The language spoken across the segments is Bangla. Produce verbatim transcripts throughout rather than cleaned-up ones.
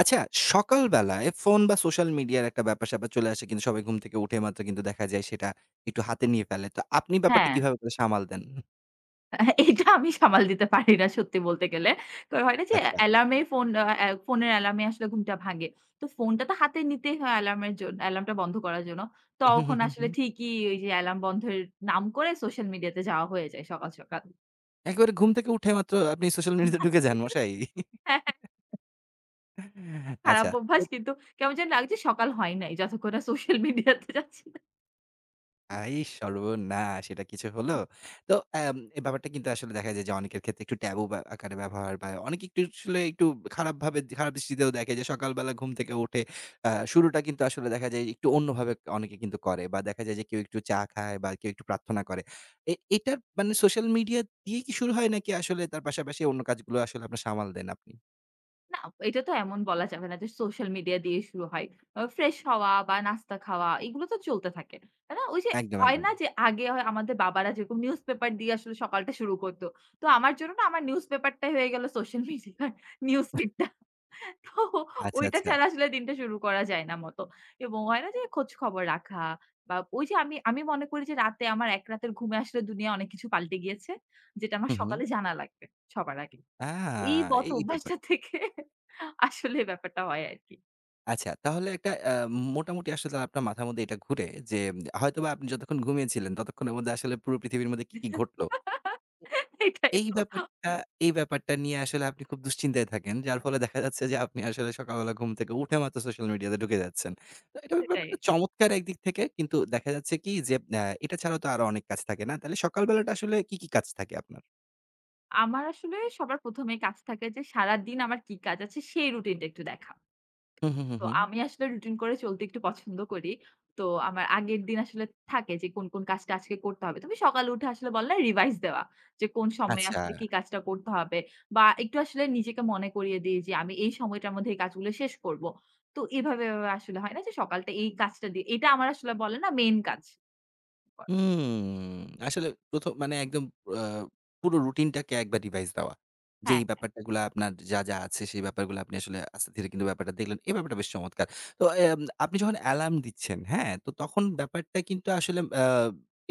আচ্ছা, সকালবেলায় ফোন বা সোশ্যাল মিডিয়ার একটা ব্যাপার-স্যাপার চলে আসে কিন্তু সবাই ঘুম থেকে উঠে মাত্র কিন্তু দেখা যায় সেটা একটু হাতে নিয়ে ফেলে। তো আপনি ব্যাপারটা হ্যাঁ, কিভাবে করে সামাল দেন? এটা আমি সামাল দিতে পারি না সত্যি বলতে গেলে। তো হয় না যে আচ্ছা। অ্যালার্মে ফোন আ আ ফোনের অ্যালার্মে আসলে ঘুমটা ভাঙে। তো ফোনটা তো হাতে নিতেই হয় অ্যালার্মের জন্য অ্যালার্মটা বন্ধ করার জন্য। হু, হু, তখন হু, হু। আসলে ঠিকই ওই যে অ্যালার্ম বন্ধের নাম করে সোশ্যাল মিডিয়াতে যাওয়া হয়ে যায় সকাল, সকাল। একেবারে ঘুম থেকে উঠে মাত্র আপনি সোশ্যাল মিডিয়াতে ঢুকে যান মশাই? হ্যাঁ, হ্যাঁ, খারাপ আচ্ছা। অভ্যাস কিন্তু কেমন যেন লাগে যে সকাল হয় নাই যতক্ষণ না সোশ্যাল মিডিয়াতে যাচ্ছি না। আই সর্বনাশ! এটা কিছু হলো? তো এম এই ব্যাপারটা কিন্তু আসলে দেখা যায় যে অনেকের ক্ষেত্রে একটু ট্যাবু ব্যা আকারে ব্যবহার বা অনেকে একটু আসলে একটু খারাপভাবে খারাপ দৃষ্টিতেও দেখে যে সকালবেলা ঘুম থেকে উঠে আ শুরুটা কিন্তু আসলে দেখা যায় একটু অন্যভাবে অনেকে কিন্তু করে বা দেখা যায় যে কেউ একটু চা খায় বা কেউ একটু প্রার্থনা করে। এ এটার মানে সোশ্যাল মিডিয়া দিয়ে কি শুরু হয় নাকি আসলে তার পাশাপাশি অন্য কাজগুলো আসলে আপনার সামাল দেন আপনি? না, এটা তো এমন বলা যাবে না যে সোশ্যাল মিডিয়া দিয়ে শুরু হয়। আ ফ্রেশ হওয়া বা নাস্তা খাওয়া এগুলো তো চলতে থাকে। তাই না? ওই যে একদম, হয় একদম। না যে আগে হয় আমাদের বাবারা যেরকম নিউজ পেপার দিয়ে আসলে সকালটা শুরু করত। তো আমার জন্য না আমার নিউজ পেপারটাই হয়ে গেল সোশ্যাল মিডিয়ার নিউজ ফিডটা। তো আচ্ছা, ওইটা আচ্ছা। ছাড়া আসলে দিনটা শুরু করা যায় না মতো। এবং হয় না যে খোঁজ খবর রাখা বা ওই যে আমি, আমি মনে করি যে রাতে আমার এক রাতের ঘুমে আসলে দুনিয়া অনেক কিছু পাল্টে গিয়েছে। যেটা আমার হু, হু। সকালে জানা লাগবে সবার আগে। আ এই বদ এই ব্যাপার। অভ্যাসটা থেকে আসলে ব্যাপারটা হয় আরকি। আচ্ছা, তাহলে একটা আ মোটামুটি আসলে আপনার মাথার মধ্যে এটা ঘুরে যে হয়তোবা আপনি যতক্ষণ ঘুমিয়েছিলেন ততক্ষণের মধ্যে আসলে পুরো পৃথিবীর মধ্যে কি, কি ঘটলো? এটাই এই তো, ব্যাপারটা এই ব্যাপারটা নিয়ে আসলে আপনি খুব দুশ্চিন্তায় থাকেন। যার ফলে দেখা যাচ্ছে যে আপনি আসলে সকালবেলা ঘুম থেকে উঠে মাত্র সোশ্যাল মিডিয়াতে ঢুকে যাচ্ছেন। তো এটা সেটাই। ব্যাপারটা চমৎকার একদিক থেকে কিন্তু দেখা যাচ্ছে কি যে আ এটা ছাড়াও তো আরো অনেক কাজ থাকে না? তাহলে সকালবেলাটা আসলে কি, কি কাজ থাকে আপনার? আমার আসলে সবার প্রথম এ কাজ থাকে যে সারাদিন আমার কি কাজ আছে সেই রুটিনটা একটু দেখা। হুম, হুম, হুম, তো হুম। আমি আসলে রুটিন করে চলতে একটু পছন্দ করি। তো আমার আগের দিন আসলে থাকে যে কোন, কোন কাজটা আজকে করতে হবে। তুমি সকালে উঠে আসলে বললে রিভাইজ দেওয়া। যে কোন সময়ে আচ্ছা। আসলে কি কাজটা করতে হবে বা একটু আসলে নিজেকে মনে করিয়ে দিই যে আমি এই সময়টার মধ্যে এই কাজগুলো শেষ করব। তো এভাবে, এভাবে আসলে হয় না যে সকালটা এই কাজটা দিয়ে এটা আমার আসলে বলে না মেইন কাজ। হুম, আসলে প্রথম মানে একদম আ পুরো রুটিনটাকে একবার রিভাইজ দেওয়া। হ্যাঁ। যেই ব্যাপারটাগুলা আপনার যা, যা আছে সেই ব্যাপারগুলো আপনি আসলে আস্তে ধীরে কিন্তু ব্যাপারটা দেখলেন। এই ব্যাপারটা বেশ চমৎকার। তো এম আপনি যখন অ্যালার্ম দিচ্ছেন, হ্যাঁ? তো তখন ব্যাপারটা কিন্তু আসলে আ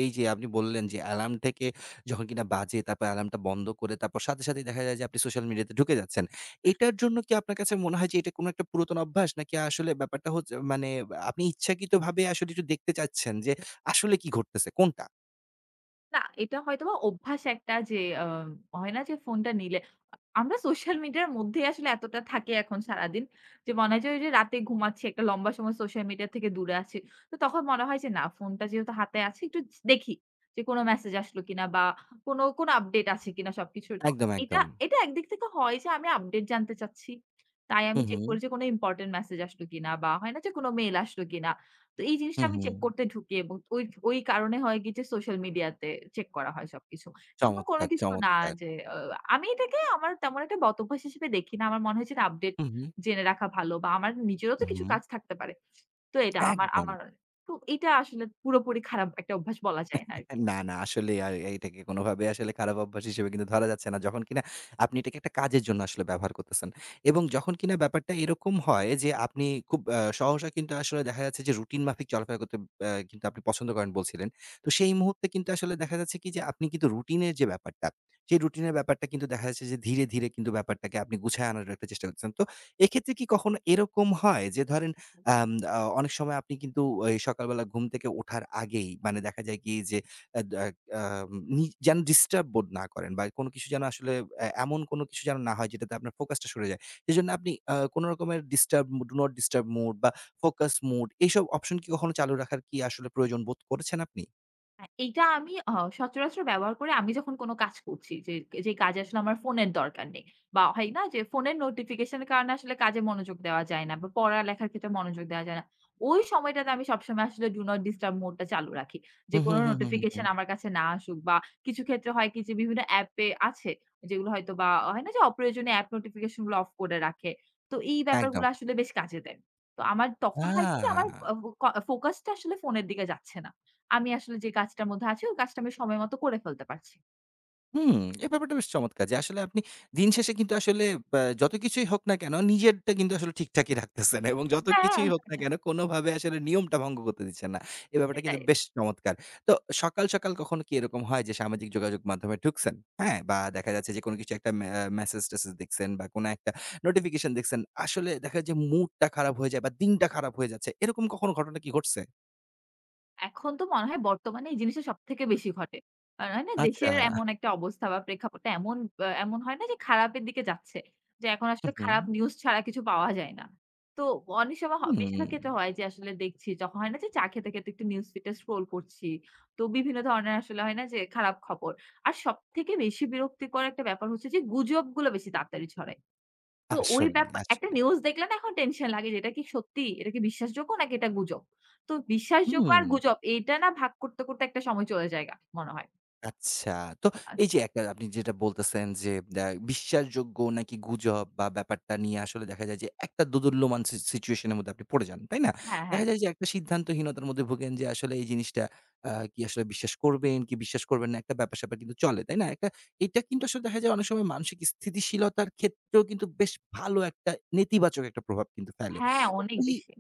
এই যে আপনি বললেন যে অ্যালার্ম থেকে যখন কিনা বাজে তারপর অ্যালার্মটা বন্ধ করে তারপর সাথে, সাথেই দেখা যায় যে আপনি সোশ্যাল মিডিয়াতে ঢুকে যাচ্ছেন। এটার জন্য কি আপনার কাছে মনে হয় যে এটা কোনো একটা পুরাতন অভ্যাস? নাকি আসলে ব্যাপারটা হচ্ছে মানে আপনি ইচ্ছাকৃতভাবে আসলে একটু দেখতে চাচ্ছেন যে আসলে কি ঘটতেছে কোনটা? না, এটা হয়তোবা অভ্যাস একটা যে আ হয় না যে ফোনটা নিলে আমরা সোশ্যাল মিডিয়ার মধ্যেই আসলে এতটা থাকি এখন সারাদিন। যে মনে হয় যে ওই যে রাতে ঘুমাচ্ছি একটা লম্বা সময় সোশ্যাল মিডিয়া থেকে দূরে আছি। তো তখন মনে হয় যে না ফোনটা যেহেতু হাতে আছে একটু দেখি যে কোনো মেসেজ আসলো কিনা বা কোনো, কোনো আপডেট আছে কিনা সবকিছুর। তো একদম, এটা, একদম। এটা একদিক থেকে হয় যে আমি আপডেট জানতে চাচ্ছি। তাই হু, আমি হু, চেক করি যে কোনো ইম্পোর্টেন্ট মেসেজ আসলো কিনা বা হয় না যে কোনো মেইল আসলো কিনা। তো এই হু, জিনিসটা আমি হু। চেক করতে ঢুকি এবং ওই ওই কারণে হয় কি যে সোশ্যাল মিডিয়াতে চেক করা হয় সবকিছু। এমন কোনো চমৎকার, কিছু না চমৎকার। যে আ আমি এটাকে আমার তেমন একটা বদভ্যাস হিসেবে দেখি না। আমার মনে হয়েছে যে আপডেট হু, হু, জেনে রাখা ভালো বা আমার নিজেরও তো কিছু হু, কাজ থাকতে পারে। তো এটা আমার একদম। আমার তো এটা আসলে পুরোপুরি খারাপ একটা অভ্যাস বলা যায় না আরকি। না, না আসলে আ এটাকে কোনোভাবে আসলে খারাপ অভ্যাস হিসেবে কিন্তু ধরা যাচ্ছে না। যখন কিনা আপনি এটাকে একটা কাজের জন্য আসলে ব্যবহার করতেছেন। এবং যখন কিনা ব্যাপারটা এরকম হয় যে আপনি খুব আ সহসা কিন্তু আসলে দেখা যাচ্ছে যে রুটিন মাফিক চলাফেরা করতে আ কিন্তু আপনি পছন্দ করেন বলছিলেন। তো সেই মুহূর্তে কিন্তু আসলে দেখা যাচ্ছে কি যে আপনি কিন্তু রুটিনের যে ব্যাপারটা, সেই রুটিনের ব্যাপারটা কিন্তু দেখা যাচ্ছে যে ধীরে, ধীরে কিন্তু ব্যাপারটাকে আপনি গুছায় আনার একটা চেষ্টা করছেন। তো এক্ষেত্রে কি কখনো এরকম হয় যে ধরেন আম আ অনেক সময় আপনি কিন্তু ওই সকালবেলা ঘুম থেকে ওঠার আগেই মানে দেখা যায় কি যে অ্যা দ্যা আম নি যেন ডিস্টার্ব বোধ না করেন বা কোনো কিছু যেন আসলে এ এমন কোনো কিছু যেন না হয় যেটাতে আপনার ফোকাসটা সরে যায়। সেজন্য আপনি আ কোনো রকমের ডিস্টার্ব মো ডু নট ডিস্টার্ব মোড বা ফোকাস মোড এইসব অপশন কি কখনো চালু রাখার কি আসলে প্রয়োজন বোধ করেছেন আপনি? হ্যাঁ, এইটা আমি আ সচরাচর ব্যবহার করি আমি যখন কোন কাজ করছি। যে, যে কাজে আসলে আমার ফোনের দরকার নেই। বা হয় না যে ফোনের নোটিফিকেশন এর কারণে আসলে কাজে মনোযোগ দেওয়া যায় না বা পড়ালেখার ক্ষেত্রে মনোযোগ দেওয়া যায় না। ওই সময়টাতে আমি সবসময় আসলে ডু নট ডিস্টার্ব মোড টা চালু রাখি। হু, যে হু, কোন হু, হু, হু, হু। নোটিফিকেশন আমার কাছে না আসুক বা কিছু ক্ষেত্রে হয় কি যে বিভিন্ন অ্যাপে আছে যেগুলো হয়তো বা হয় না যে অপ্রয়োজনীয় অ্যাপ নোটিফিকেশন গুলো অফ করে রাখে। তো এই একদম। ব্যাপারগুলো আসলে বেশ কাজে দেয়। তো আমার আ তখন হয় কি যে আমার আ ফো ফোকাসটা আসলে ফোনের দিকে যাচ্ছে না। আমি আসলে যে কাজটার মধ্যে আছি, ওই কাজটা আমি সময় মতো করে ফেলতে পারছি। হুম, এই ব্যাপারটা বেশ চমৎকার যে আসলে আপনি দিন শেষে কিন্তু আসলে ব্যা যত কিছুই হোক না কেন নিজেরটা কিন্তু আসলে ঠিকঠাকই রাখতেছেন এবং যত হ্যাঁ, কিছুই হোক না কেন কোনোভাবে আসলে নিয়মটা ভঙ্গ করতে দিচ্ছেন না। এই ব্যাপারটা কিন্তু সেটাই। বেশ চমৎকার। তো সকাল, সকাল কখনো কি এরকম হয় যে সামাজিক যোগাযোগ মাধ্যমে ঢুকছেন, হ্যাঁ? বা দেখা যাচ্ছে যে কোনো কিছু একটা মে আ মেসেজ-টেসেজ দেখছেন বা কোনো একটা নোটিফিকেশন দেখছেন। আসলে দেখা যায় যে মুডটা খারাপ হয়ে যায় বা দিনটা খারাপ হয়ে যাচ্ছে। এরকম কখনো ঘটনা কি ঘটছে? এখন তো মনে হয় বর্তমানে এই জিনিসটা সবথেকে বেশি ঘটে। আর হয় না আচ্ছা। দেশের এমন একটা অবস্থা বা প্রেক্ষাপটটা এমন আ এমন হয় না যে খারাপের দিকে যাচ্ছে। যে এখন হুম, আসলে হুম। খারাপ নিউজ ছাড়া কিছু পাওয়া যায় না। তো অনেক সময় হ হুম। বেশিরভাগ ক্ষেত্রে হয় যে আসলে দেখছি যখন হয় না যে চা খেতে, খেতে একটু নিউজ ফিডটা স্ক্রল করছি। তো বিভিন্ন ধরনের আসলে হয় না যে খারাপ খবর। আর সবথেকে বেশি বিরক্তিকর একটা ব্যাপার হচ্ছে যে গুজবগুলো বেশি তাড়াতাড়ি ছড়ায়। তো ওই আসলেই, ব্যাপার একটা আসলেই। নিউজ দেখলে না এখন টেনশন লাগে যে, "এটা কি সত্যি? এটা কি বিশ্বাসযোগ্য নাকি এটা গুজব?" তো বিশ্বাসযোগ্য হুম। আর গুজব এইটা না ভাগ করতে, করতে একটা সময় চলে যায়গা মনে হয়। আচ্ছা। তো আ এই যে একটা আপনি যেটা বলতেছেন যে আ বিশ্বাসযোগ্য নাকি গুজব বা ব্যাপারটা নিয়ে আসলে দেখা যায় যে একটা দোদুল্যমান সি সিচুয়েশন এর মধ্যে আপনি পড়ে যান। তাই না? হ্যাঁ, দেখা হ্যাঁ। যায় যে একটা সিদ্ধান্তহীনতার মধ্যে ভোগেন যে আসলে এই জিনিসটা আ কি আসলে বিশ্বাস করবেন কি বিশ্বাস করবেন না একটা ব্যাপার-স্যাপার কিন্তু চলে। তাই না? একটা এটা কিন্তু আসলে দেখা যায় অনেক সময় মানসিক স্থিতিশীলতার ক্ষেত্রেও কিন্তু বেশ ভালো একটা নেতিবাচক একটা প্রভাব কিন্তু ফেলে। হ্যাঁ, তো অনেক ওই, বেশি।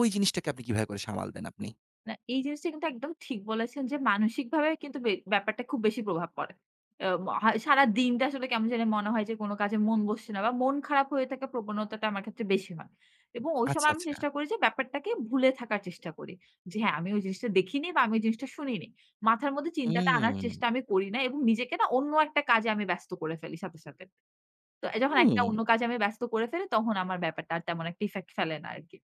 ওই জিনিসটাকে আপনি কিভাবে করে সামাল দেন আপনি? না, এই জিনিসটা কিন্তু একদম ঠিক বলেছেন যে মানসিকভাবে কিন্তু বে ব্যাপারটা খুব বেশি প্রভাব পড়ে। আ মহা সারাদিনটা আসলে কেমন জানি মনে হয় যে কোন কাজে মন বসছে না বা মন খারাপ হয়ে থাকার প্রবণতাটা আমার ক্ষেত্রে বেশি হয়। এবং ওই আচ্ছা, সময় আমি আচ্ছা। চেষ্টা করি যে ব্যাপারটাকে ভুলে থাকার চেষ্টা করি। যে হ্যাঁ, আমি ওই জিনিসটা দেখিনি বা আমি ওই জিনিসটা শুনিনি। মাথার মধ্যে চিন্তাটা আনার হুম, চেষ্টা আমি করি না এবং নিজেকে না অন্য একটা কাজে আমি ব্যস্ত করে ফেলি সাথে, সাথে। তো যখন একটা হুম। অন্য কাজে আমি ব্যস্ত করে ফেলি তখন আমার ব্যাপারটা আর তেমন একটা ইফেক্ট ফেলে না আরকি।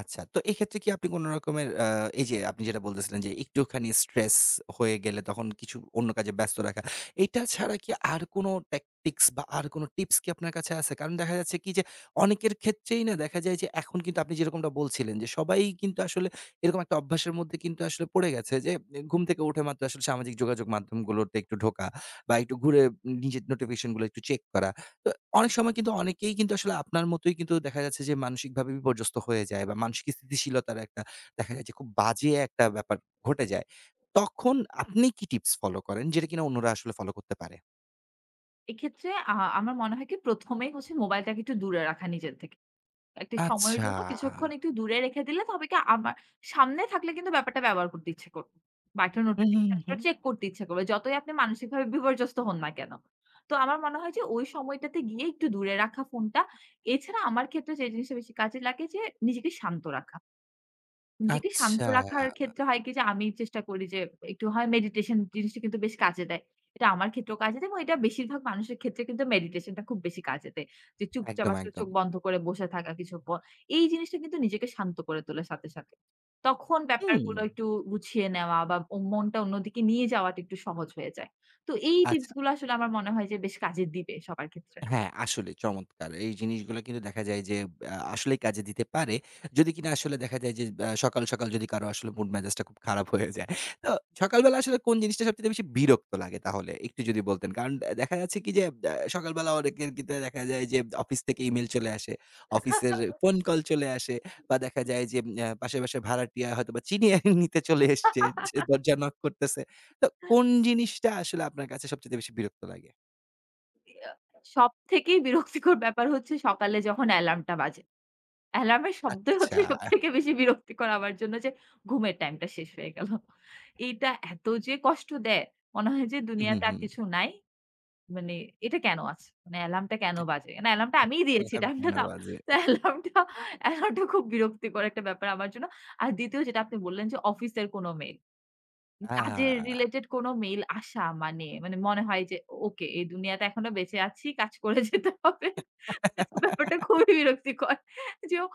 আচ্ছা। তো এক্ষেত্রে কি আপনি কোন রকমের আ এই যে আপনি যেটা বলতেছিলেন যে একটুখানি স্ট্রেস হয়ে গেলে তখন কিছু অন্য কাজে ব্যস্ত রাখা। এটা ছাড়া কি আর কোন ট্যাকটিক্স বা আর কোন টিপস কি আপনার কাছে আছে? কারণ দেখা যাচ্ছে কি যে অনেকের ক্ষেত্রেই না দেখা যায় যে এখন কিন্তু আপনি যেরকমটা বলছিলেন যে সবাই কিন্তু আসলে এরকম একটা অভ্যাসের মধ্যে কিন্তু আসলে পড়ে গেছে যে উম, ঘুম থেকে উঠে মাত্র আসলে সামাজিক যোগাযোগ মাধ্যমগুলোতে একটু ঢোকা বা একটু ঘুরে নিজের নোটিফিকেশন গুলো একটু চেক করা। তো অনেক সময় কিন্তু অনেকেই কিন্তু আসলে আপনার মতোই কিন্তু দেখা যাচ্ছে যে মানসিকভাবে বিপর্যস্ত হয়ে যায় বা মানসিক স্থিতিশীলতার একটা দেখা যায় যে খুব বাজে একটা ব্যাপার ঘটে যায়। তখন আপনি কি টিপস ফলো করেন যেটা কিনা অন্যরা আসলে ফলো করতে পারে? এক্ষেত্রে আ আমার মনে হয় কি প্রথম এই হচ্ছে মোবাইলটাকে একটু দূরে রাখা নিজের থেকে। একটা সময়ের আচ্ছা। জন্য কিছুক্ষণ একটু দূরে রেখে দিলে তবে কি আমার সামনে থাকলে কিন্তু ব্যাপারটা ব্যবহার করতে ইচ্ছে করবে। বা একটা হুম, হুম, হুম, নোটিফিকেশনটা হুম। চেক করতে ইচ্ছে করবে। যতই আপনি মানসিকভাবে বিপর্যস্ত হন না কেন? তো আমার মনে হয় যে ওই সময়টাতে গিয়ে একটু দূরে রাখা ফোনটা। এছাড়া আমার ক্ষেত্রে যে জিনিসটা বেশি কাজে লাগে যে নিজেকে শান্ত রাখা। নিজেকে শান্ত আচ্ছা। রাখার ক্ষেত্রে হয় কি যে আমি চেষ্টা করি যে একটু হয় মেডিটেশন জিনিসটা কিন্তু বেশ কাজে দেয়। এটা আমার ক্ষেত্রেও কাজে দেয় এবং এটা বেশিরভাগ মানুষের ক্ষেত্রে কিন্তু মেডিটেশনটা খুব বেশি কাজে দেয়। যে চুপচাপ একদম, আসলে একদম। চোখ বন্ধ করে বসে থাকা কিছুক্ষণ। এই জিনিসটা কিন্তু নিজেকে শান্ত করে তোলে সাথে, সাথে। তখন হুম। ব্যাপারগুলো একটু গুছিয়ে নেওয়া বা ও মনটা অন্যদিকে নিয়ে যাওয়াটা একটু সহজ হয়ে যায়। তো এই টিপস আচ্ছা। গুলো আসলে আমার মনে হয় যে বেশ কাজে দিবে সবার ক্ষেত্রে। হ্যাঁ, আসলে চমৎকার। এই জিনিসগুলো কিন্তু দেখা যায় যে আ আসলেই কাজে দিতে পারে। যদি কিনা আসলে দেখা যায় যে আ সকাল, সকাল যদি কারো আসলে মুড মেজাজটা খুব খারাপ হয়ে যায়। তো সকালবেলা আসলে কোন জিনিসটা সবচাইতে বেশি বিরক্ত লাগে তাহলে? একটু যদি বলতেন। কারণ দে দেখা যাচ্ছে কি যে আ সকালবেলা অনেকের কিন্তু দেখা যায় যে অফিস থেকে ইমেইল চলে আসে, অফিসের ফোন কল চলে আসে বা দেখা যায় যে আ পাশে, পাশে ভাড়াটিয়া হয়তোবা চিনিয়ে নিতে চলে এসছে। যে দরজা নক করতেছে। তো কোন জিনিসটা আসলে আপনার কাছে সবচাইতে বেশি বিরক্ত লাগে? ইয়া সবথেকে বিরক্তিকর ব্যাপার হচ্ছে সকালে যখন অ্যালার্মটা বাজে। অ্যালার্মের শব্দই আচ্ছা। হচ্ছে সবথেকে বেশি বিরক্তিকর আমার জন্য যে ঘুমের টাইমটা শেষ হয়ে গেল। এইটা এত যে কষ্ট দেয়, মনে হয় যে হু, হু, দুনিয়াতে হু। আর কিছু নাই। মানে এটা কেন আছে? মানে অ্যালার্মটা কেন বাজে? না অ্যালার্মটা আমিই দিয়েছি। টাইমটা কেন তো আম বাজে? তো অ্যালার্মটা অ্যালার্মটা খুব বিরক্তিকর একটা ব্যাপার আমার জন্য। আর দ্বিতীয় যেটা আপনি বললেন যে অফিসের কোনো মেইল। আ কাজের রিলেটেড কোনো মেইল আসা মানে, মানে মনে হয় যে ওকে এই দুনিয়াতে এখনো বেঁচে আছি, কাজ করে যেতে হবে। ব্যাপারটা খুবই বিরক্তিকর। যে ও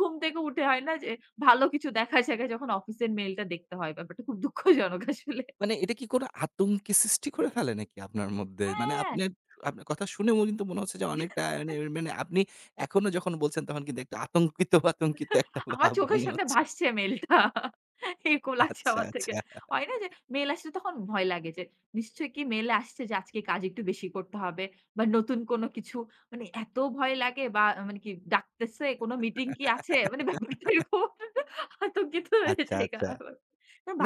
ঘুম থেকে উঠে হয় না যে ভালো কিছু দেখার জায়গায় যখন অফিসের মেইলটা দেখতে হয়। ব্যাপারটা খুব দুঃখজনক আসলে। মানে এটা কি কোনো আতঙ্কের সৃষ্টি করে ফেলে নাকি আপনার মধ্যে? মানে হ্যাঁ। আপনার আপনার কথা শুনেও কিন্তু মনে হচ্ছে যে অনেকটা মানে মানে আপনি এখনো যখন বলছেন তখন কিন্তু একটা আতঙ্কিত, আতঙ্কিত একটা আমার ভাব চোখের মনে সামনে হচ্ছে। ভাসছে মেইলটা। এরকম লাগছে আচ্ছা, আমার থেকে। আচ্ছা। হয় না যে মেইল আসলে তখন ভয় লাগে যে নিশ্চয়ই কি মেইলে আসছে যে আজকে কাজ একটু বেশি করতে হবে বা নতুন কোনো কিছু মানে এত ভয় লাগে বা মানে কি ডাকতেছে কোনো মিটিং কি আছে? মানে ব্যাপারটা এরকম আতঙ্কিত হয়ে আচ্ছা, যাই আচ্ছা। কারণ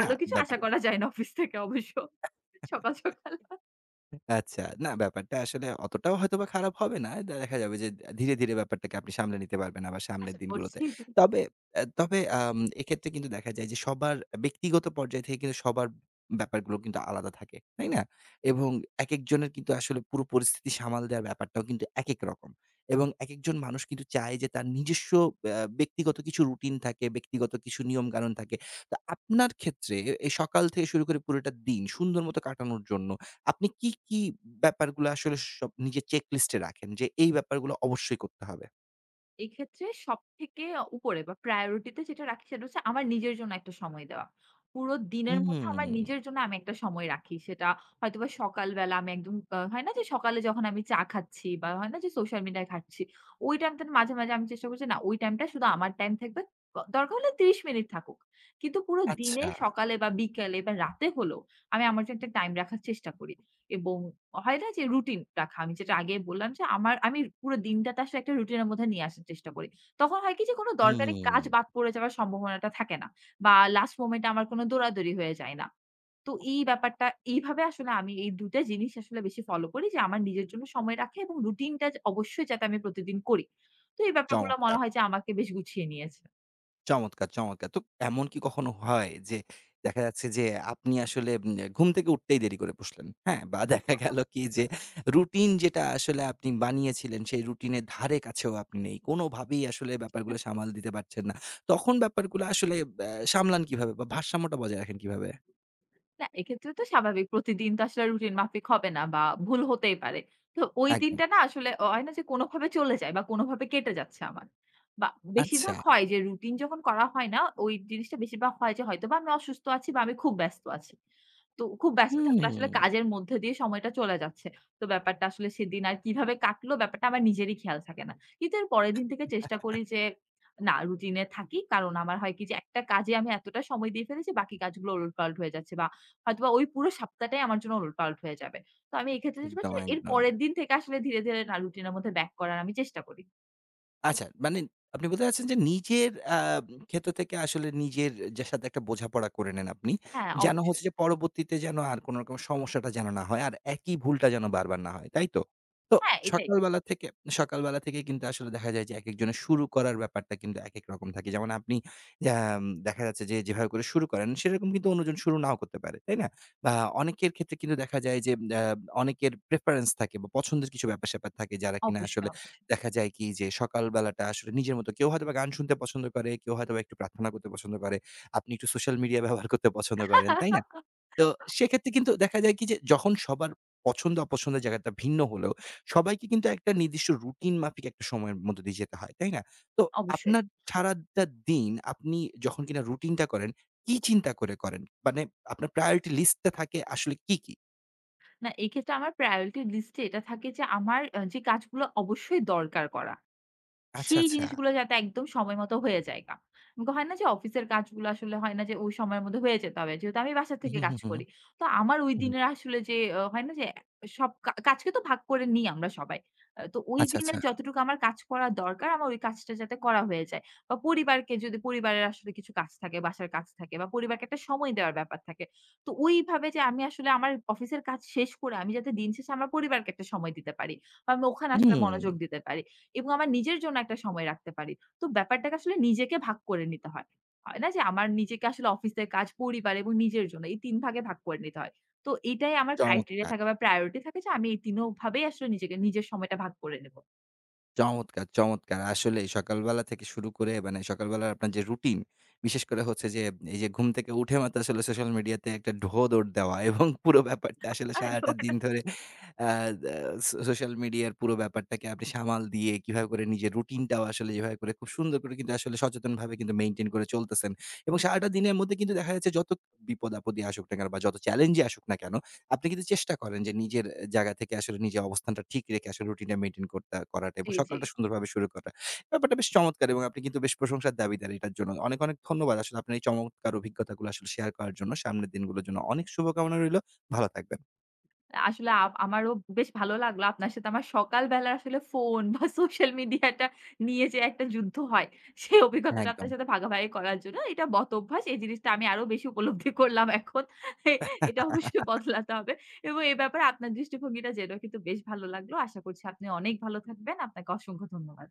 না কিছু আশা ব্যাপারটা করা যায় না অফিস থেকে অবশ্য। সকাল, সকাল আচ্ছা। না ব্যাপারটা আসলে অতটাও হয়তোবা খারাপ হবে না। দে- দেখা যাবে যে ধীরে, ধীরে ব্যাপারটাকে আপনি সামলে নিতে পারবেন আবার সামনের আশা দিনগুলোতে। করছি। তবে অ্যা তবে আম এক্ষেত্রে কিন্তু দেখা যায় যে সবার ব্যক্তিগত পর্যায় থেকে কিন্তু সবার ব্যাপারগুলো কিন্তু আলাদা থাকে। তাই না? এবং একেক জনের কিন্তু আসলে পুরো পরিস্থিতি সামাল দেওয়ার ব্যাপারটাও কিন্তু একেক রকম। এবং একেকজন মানুষ কিন্তু চায় যে তার নিজস্ব অ্যা ব্যক্তিগত কিছু রুটিন থাকে, ব্যক্তিগত কিছু নিয়মকানুন থাকে। তো আপনার ক্ষেত্রে এই সকাল থেকে শুরু করে পুরোটা দিন সুন্দর মতো কাটানোর জন্য আপনি কি, কি ব্যাপারগুলো আসলে সব নিজের চেক লিস্টে রাখেন যে এই ব্যাপারগুলো অবশ্যই করতে হবে? এক্ষেত্রে সবথেকে উপরে বা প্রায়োরিটি তে যেটা রাখি সেটা হচ্ছে আমার নিজের জন্য একটা সময় দেওয়া। পুরো দিনের হুম, মধ্যে আমার নিজের জন্য আমি একটা সময় রাখি। সেটা হয়তোবা সকালবেলা আমি একদম আ হয় না যে সকালে যখন আমি চা খাচ্ছি বা হয় না যে সোশ্যাল মিডিয়ায় ঘাঁটছি। ওই টাইমটার মাঝে, মাঝে আমি চেষ্টা করছি না ওই টাইমটা শুধু আমার টাইম থাকবে। ব দরকার হলে ত্রিশ মিনিট থাকুক। কিন্তু পুরো দিনে আচ্ছা। সকালে বা বিকালে বা রাতে হলেও আমি আমার জন্য একটা টাইম রাখার চেষ্টা করি। এবং হয় না যে রুটিন রাখা। আমি যেটা আগে বললাম যে আমার আমি পুরো দিনটাতে আসলে একটা রুটিনের মধ্যে নিয়ে আসার চেষ্টা করি। তখন হয় কি যে কোনো দরকারি হুম। কাজ বাদ পড়ে যাওয়ার সম্ভাবনাটা থাকে না। বা লাস্ট মোমেন্ট এ আমার কোনো দৌড়াদৌড়ি হয়ে যায় না। তো এই ব্যাপারটা এইভাবে আসলে আমি এই দুটো টা জিনিস আসলে বেশি ফলো করি যে আমার নিজের জন্য সময় রাখা এবং রুটিনটা অবশ্যই যাতে আমি প্রতিদিন করি। তো এই ব্যাপারগুলো মনে চমৎকার, হয় যে আমাকে বেশ গুছিয়ে নিয়েছে। চমৎকার, চমৎকার। তো এমন কি কখনো হয় যে দেখা যাচ্ছে যে আপনি আসলে উম ঘুম থেকে উঠতেই দেরি করে বসলেন, হ্যাঁ? বা দেখা গেল কি যে রুটিন যেটা আসলে আপনি বানিয়েছিলেন সেই রুটিনের ধারে কাছেও আপনি নেই। কোনোভাবেই আসলে ব্যাপারগুলো সামাল দিতে পারছেন না। তখন ব্যাপারগুলো আসলে ব্যা সামলান কিভাবে বা ভারসাম্যটা বজায় রাখেন কিভাবে? না, এক্ষেত্রে তো স্বাভাবিক। প্রতিদিন তো আসলে রুটিন মাফিক হবে না বা ভুল হতেই পারে। তো ওই একদম। দিনটা না আসলে অ হয় না যে কোনোভাবে চলে যায় বা কোনোভাবে কেটে যাচ্ছে আমার। বা আচ্ছা। বেশিরভাগ হয় যে রুটিন যখন করা হয় না, ওই জিনিসটা বেশিরভাগ হয় যে হয়তোবা আমি অসুস্থ আছি বা আমি খুব ব্যস্ত আছি। তো খুব ব্যস্ত থাকলে আসলে হুম, কাজের মধ্যে দিয়ে সময়টা চলে যাচ্ছে। তো ব্যাপারটা আসলে সেদিন আর কিভাবে কাটলো ব্যাপারটা আমার নিজেরই খেয়াল থাকে না। কিন্তু এর পরের দিন থেকে চেষ্টা করি যে না রুটিন এ থাকি। কারণ আমার হয় কি যে একটা কাজে আমি এতটা সময় দিয়ে ফেলেছি বাকি কাজগুলো ওলটপালট হয়ে যাচ্ছে বা হয়তোবা ওই পুরো সপ্তাহটাই আমার জন্য উলটপালট হয়ে যাবে। তো আমি এক্ষেত্রে চেষ্টা একদম, করছি এর একদম। পরের দিন থেকে আসলে ধীরে, ধীরে না রুটিন এর মধ্যে ব্যাক করার আমি চেষ্টা করি। আচ্ছা, মানে আপনি বলতে চাচ্ছেন যে নিজের আ ক্ষেত্র থেকে আসলে নিজের যার সাথে একটা বোঝাপড়া করে নেন আপনি। হ্যাঁ, জি। যেন হচ্ছে অবশ্যই। যে পরবর্তীতে যেন আর কোন রকম সমস্যাটা যেন না হয়। আর একই ভুলটা যেন বারবার না হয়। তাই তো? তো হ্যাঁ, এটাই। সকালবেলা থেকে সকালবেলা থেকে কিন্তু আসলে দেখা যায় যে একেকজনের শুরু করার ব্যাপারটা কিন্তু একেক রকম থাকে। যেমন আপনি আম দেখা যাচ্ছে যে যেভাবে করে শুরু করেন সেরকম কিন্তু অন্যজন শুরু নাও করতে পারে। তাই না? বা অনেকের ক্ষেত্রে কিন্তু দেখা যায় যে আ অনেকের প্রেফারেন্স থাকে বা পছন্দের কিছু ব্যাপার-স্যাপার থাকে যারা কিনা অবশ্যই, আসলে অবশ্যই, দেখা যায় কি যে সকাল বেলাটা আসলে নিজের মতো কেউ হয়তোবা গান শুনতে পছন্দ করে, কেউ হয়তোবা একটু প্রার্থনা করতে পছন্দ করে। আপনি একটু সোশ্যাল মিডিয়া ব্যবহার করতে পছন্দ করেন, তাই না? তো সেক্ষেত্রে কিন্তু দেখা যায় কি যে যখন সবার পছন্দ-অপছন্দের জায়গাটা ভিন্ন হলেও সবাইকে কিন্তু একটা নির্দিষ্ট রুটিন মাফিক একটা সময়ের মধ্য দিয়ে যেতে হয়, তাই না? তো অবশ্যই। আপনার সারাটা দিন আপনি যখন কিনা রুটিনটা করেন, কি চিন্তা করে করেন? মানে আপনার প্রায়োরিটি লিস্টটা থাকে আসলে কি, কি? না এক্ষেত্রে আমার প্রায়োরিটি লিস্ট এ এটা থাকে যে আমার আ যে কাজগুলো অবশ্যই দরকার করা। আচ্ছা, সেই আচ্ছা। জিনিসগুলো যাতে একদম সময় মতো হয়ে যায়গা। হয় না যে অফিসের কাজগুলো আসলে হয় না যে ওই সময়ের মধ্যে হয়ে যেতে হবে। যেহেতু আমি বাসা থেকে হু, হু, কাজ হু, করি। তো আমার ওই হু, হু, দিনের আসলে যে আ হয় না যে সব কা কাজকে তো ভাগ করে নিই আমরা সবাই। আ তো ওই আচ্ছা, দিনে আচ্ছা। যতটুকু আমার কাজ করা দরকার আমার ওই কাজটা যাতে করা হয়ে যায়। বা পরিবারকে যদি পরিবারের আসলে কিছু কাজ থাকে, বাসার কাজ থাকে বা পরিবারকে একটা সময় দেওয়ার ব্যাপার থাকে। তো ওইভাবে যে আমি আসলে আমার অফিসের কাজ শেষ করে আমি যাতে দিন শেষে আমার পরিবারকে একটা সময় দিতে পারি। বা আমি ওখানে আসলে হুম, মনোযোগ দিতে পারি। এবং আমার নিজের জন্য একটা সময় রাখতে পারি। তো ব্যাপারটাকে আসলে নিজেকে ভাগ করে নিতে হয়। হয় না যে আমার নিজেকে আসলে অফিসের কাজ, পরিবার এবং নিজের জন্য এই তিন ভাগে ভাগ করে নিতে হয়। তো এটাই আমার ক্রাইটেরিয়া চমৎকার! থাকে বা প্রায়োরিটি থাকে যে আমি এই তিন ভাবেই আসলে নিজেকে নিজের সময়টা ভাগ করে নেব। চমৎকার, চমৎকার! আসলেই সকালবেলা থেকে শুরু করে মানে সকালবেলার আপনার যে রুটিন, বিশেষ করে হচ্ছে যে এই যে ঘুম থেকে উঠে মাত্র আসলে সোশ্যাল মিডিয়াতে একটা ঢোঁ দৌড় দেওয়া এবং পুরো ব্যাপারটা আসলে আ তো সারাটা দিন ওটা- ধরে আ দ্যা সো সোশ্যাল মিডিয়ার পুরো ব্যাপারটাকে আপনি সামাল দিয়ে কিভাবে করে নিজের রুটিনটাও আসলে যেভাবে করে খুব সুন্দর করে কিন্তু আসলে সচেতনভাবে কিন্তু মেইনটেইন করে চলতেছেন। এবং সারাটা দিনের মধ্যে কিন্তু দেখা যাচ্ছে যত বিপদ-আপদই আসুক না কেন বা যত চ্যালেঞ্জই আসুক না কেন আপনি কিন্তু চেষ্টা করেন যে নিজের অ্যা জায়গা থেকে আসলে নিজের অবস্থানটা ঠিক রেখে আসলে রুটিনটা মেইনটেইন করতা করাটা এবং জি, জি। সকালটা সুন্দরভাবে শুরু করা। ব্যাপারটা বেশ চমৎকার এবং আপনি কিন্তু বেশ প্রশংসার দাবিদার এটার জন্য। অনেক, অনেক ধন্যবাদ আসলে আপনার এই চমৎকার অভিজ্ঞতাগুলো আসলে শেয়ার করার জন্য। সামনের দিনগুলোর জন্য অনেক শুভকামনা রইলো। ভালো থাকবেন। আসলে আ আমারও বেশ ভালো লাগলো আপনার সাথে আমার সকালবেলা আসলে ফোন বা সোশ্যাল মিডিয়াটা নিয়ে যে একটা যুদ্ধ হয়, সেই অভিজ্ঞতাটা একদম। আপনার সাথে ভাগাভাগি করার জন্য। এটা বদঅভ্যাস। এই জিনিসটা আমি আরো বেশি উপলব্ধি করলাম এখন। এ এটা অবশ্যই বদলাতে হবে এবং এ ব্যাপারে আপনার দৃষ্টিভঙ্গিটা জেনেও কিন্তু বেশ ভালো লাগলো। আশা করছি আপনি অনেক ভালো থাকবেন। আপনাকে অসংখ্য ধন্যবাদ।